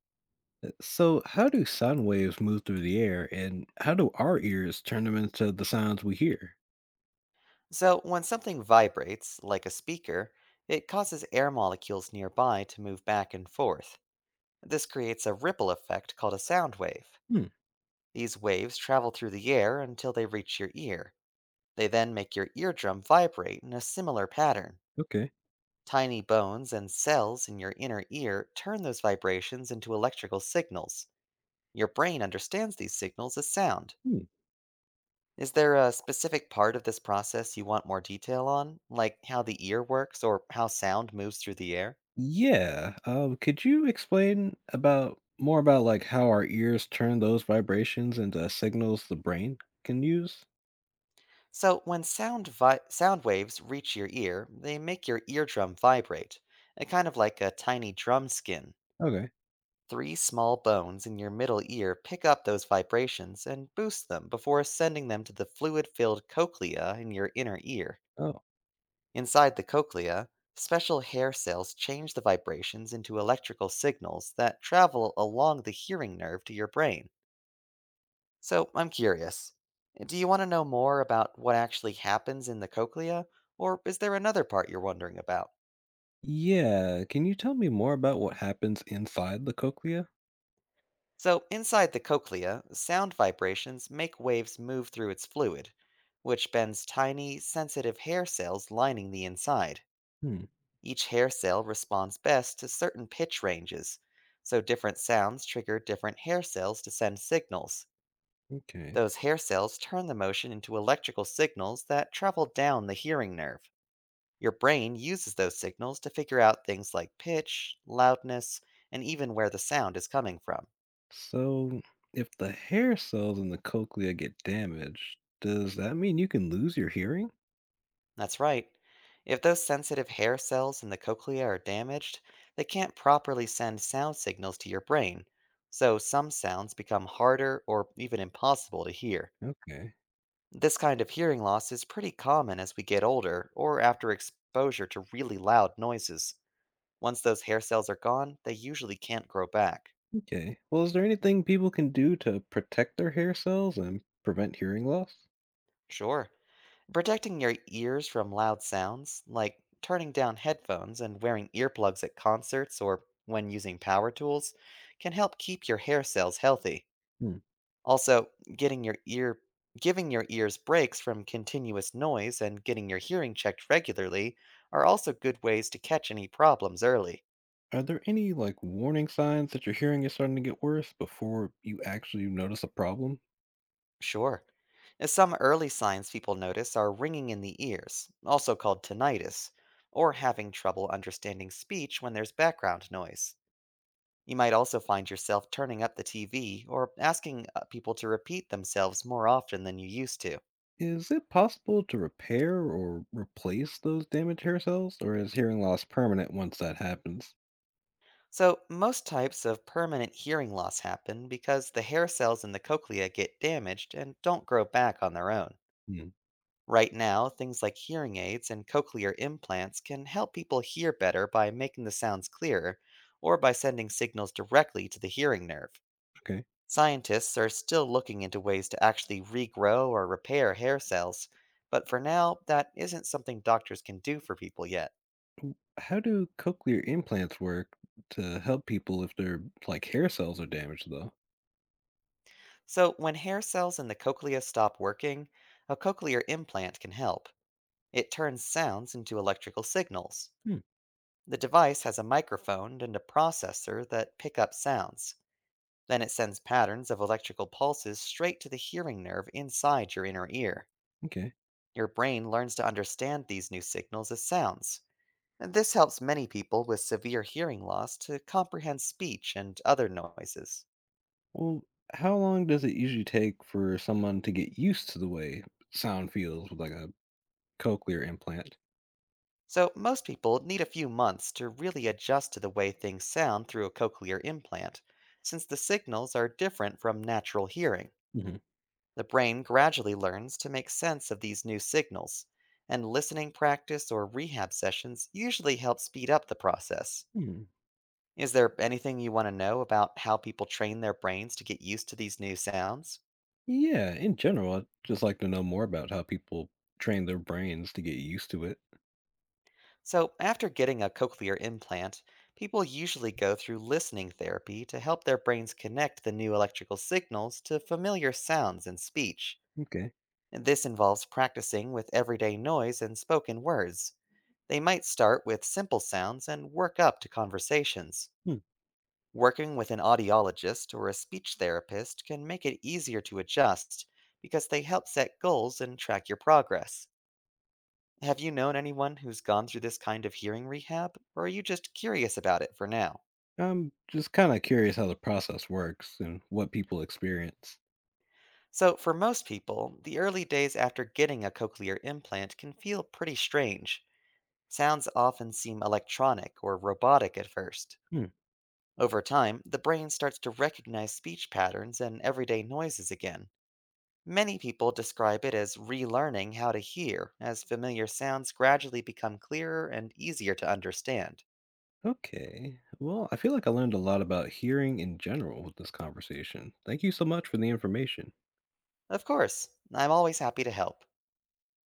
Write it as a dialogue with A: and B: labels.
A: So, how do sound waves move through the air, and how do our ears turn them into the sounds we hear?
B: So, when something vibrates, like a speaker, it causes air molecules nearby to move back and forth. This creates a ripple effect called a sound wave.
A: Hmm.
B: These waves travel through the air until they reach your ear. They then make your eardrum vibrate in a similar pattern.
A: Okay.
B: Tiny bones and cells in your inner ear turn those vibrations into electrical signals. Your brain understands these signals as sound.
A: Hmm.
B: Is there a specific part of this process you want more detail on, like how the ear works or how sound moves through the air?
A: Yeah. Could you explain about more about like how our ears turn those vibrations into signals the brain can use?
B: So, when sound waves reach your ear, they make your eardrum vibrate, kind of like a tiny drum skin.
A: Okay.
B: Three small bones in your middle ear pick up those vibrations and boost them before sending them to the fluid-filled cochlea in your inner ear.
A: Oh.
B: Inside the cochlea, special hair cells change the vibrations into electrical signals that travel along the hearing nerve to your brain. So, I'm curious. Do you want to know more about what actually happens in the cochlea, or is there another part you're wondering about?
A: Yeah. Can you tell me more about what happens inside the cochlea?
B: So, inside the cochlea, sound vibrations make waves move through its fluid, which bends tiny, sensitive hair cells lining the inside.
A: Hmm.
B: Each hair cell responds best to certain pitch ranges, so different sounds trigger different hair cells to send signals.
A: Okay.
B: Those hair cells turn the motion into electrical signals that travel down the hearing nerve. Your brain uses those signals to figure out things like pitch, loudness, and even where the sound is coming from.
A: So, if the hair cells in the cochlea get damaged, does that mean you can lose your hearing?
B: That's right. If those sensitive hair cells in the cochlea are damaged, they can't properly send sound signals to your brain, so some sounds become harder or even impossible to hear.
A: Okay.
B: This kind of hearing loss is pretty common as we get older or after exposure to really loud noises. Once those hair cells are gone, they usually can't grow back.
A: Okay. Well, is there anything people can do to protect their hair cells and prevent hearing loss?
B: Sure. Protecting your ears from loud sounds, like turning down headphones and wearing earplugs at concerts or when using power tools, can help keep your hair cells healthy.
A: Hmm.
B: Also, getting your ear giving your ears breaks from continuous noise and getting your hearing checked regularly are also good ways to catch any problems early.
A: Are there any like warning signs that your hearing is starting to get worse before you actually notice a problem?
B: Sure. Some early signs people notice are ringing in the ears, also called tinnitus, or having trouble understanding speech when there's background noise. You might also find yourself turning up the TV or asking people to repeat themselves more often than you used to.
A: Is it possible to repair or replace those damaged hair cells, or is hearing loss permanent once that happens?
B: So, most types of permanent hearing loss happen because the hair cells in the cochlea get damaged and don't grow back on their own.
A: Hmm.
B: Right now, things like hearing aids and cochlear implants can help people hear better by making the sounds clearer or by sending signals directly to the hearing nerve.
A: Okay.
B: Scientists are still looking into ways to actually regrow or repair hair cells, but for now, that isn't something doctors can do for people yet.
A: How do cochlear implants work to help people if their like hair cells are damaged though?
B: So, when hair cells in the cochlea stop working, a cochlear implant can help. It turns sounds into electrical signals.
A: Hmm.
B: The device has a microphone and a processor that pick up sounds. Then it sends patterns of electrical pulses straight to the hearing nerve inside your inner ear.
A: Okay.
B: Your brain learns to understand these new signals as sounds. And This helps many people with severe hearing loss to comprehend speech and other noises.
A: Well, how long does it usually take for someone to get used to the way sound feels with like a cochlear implant?
B: So, most people need a few months to really adjust to the way things sound through a cochlear implant, since the signals are different from natural hearing.
A: Hmm.
B: The brain gradually learns to make sense of these new signals, and listening practice or rehab sessions usually help speed up the process.
A: Hmm.
B: Is there anything you want to know about how people train their brains to get used to these new sounds?
A: Yeah, in general, I'd just like to know more about how people train their brains to get used to it.
B: So, after getting a cochlear implant, people usually go through listening therapy to help their brains connect the new electrical signals to familiar sounds and speech.
A: Okay.
B: And This involves practicing with everyday noise and spoken words. They might start with simple sounds and work up to conversations.
A: Hmm.
B: Working with an audiologist or a speech therapist can make it easier to adjust because they help set goals and track your progress. Have you known anyone who's gone through this kind of hearing rehab, or are you just curious about it for now?
A: I'm just kind of curious how the process works and what people experience.
B: So, for most people, the early days after getting a cochlear implant can feel pretty strange. Sounds often seem electronic or robotic at first.
A: Hmm.
B: Over time, the brain starts to recognize speech patterns and everyday noises again. Many people describe it as relearning how to hear, as familiar sounds gradually become clearer and easier to understand.
A: Okay. Well, I feel like I learned a lot about hearing in general with this conversation. Thank you so much for the information.
B: Of course, I'm always happy to help.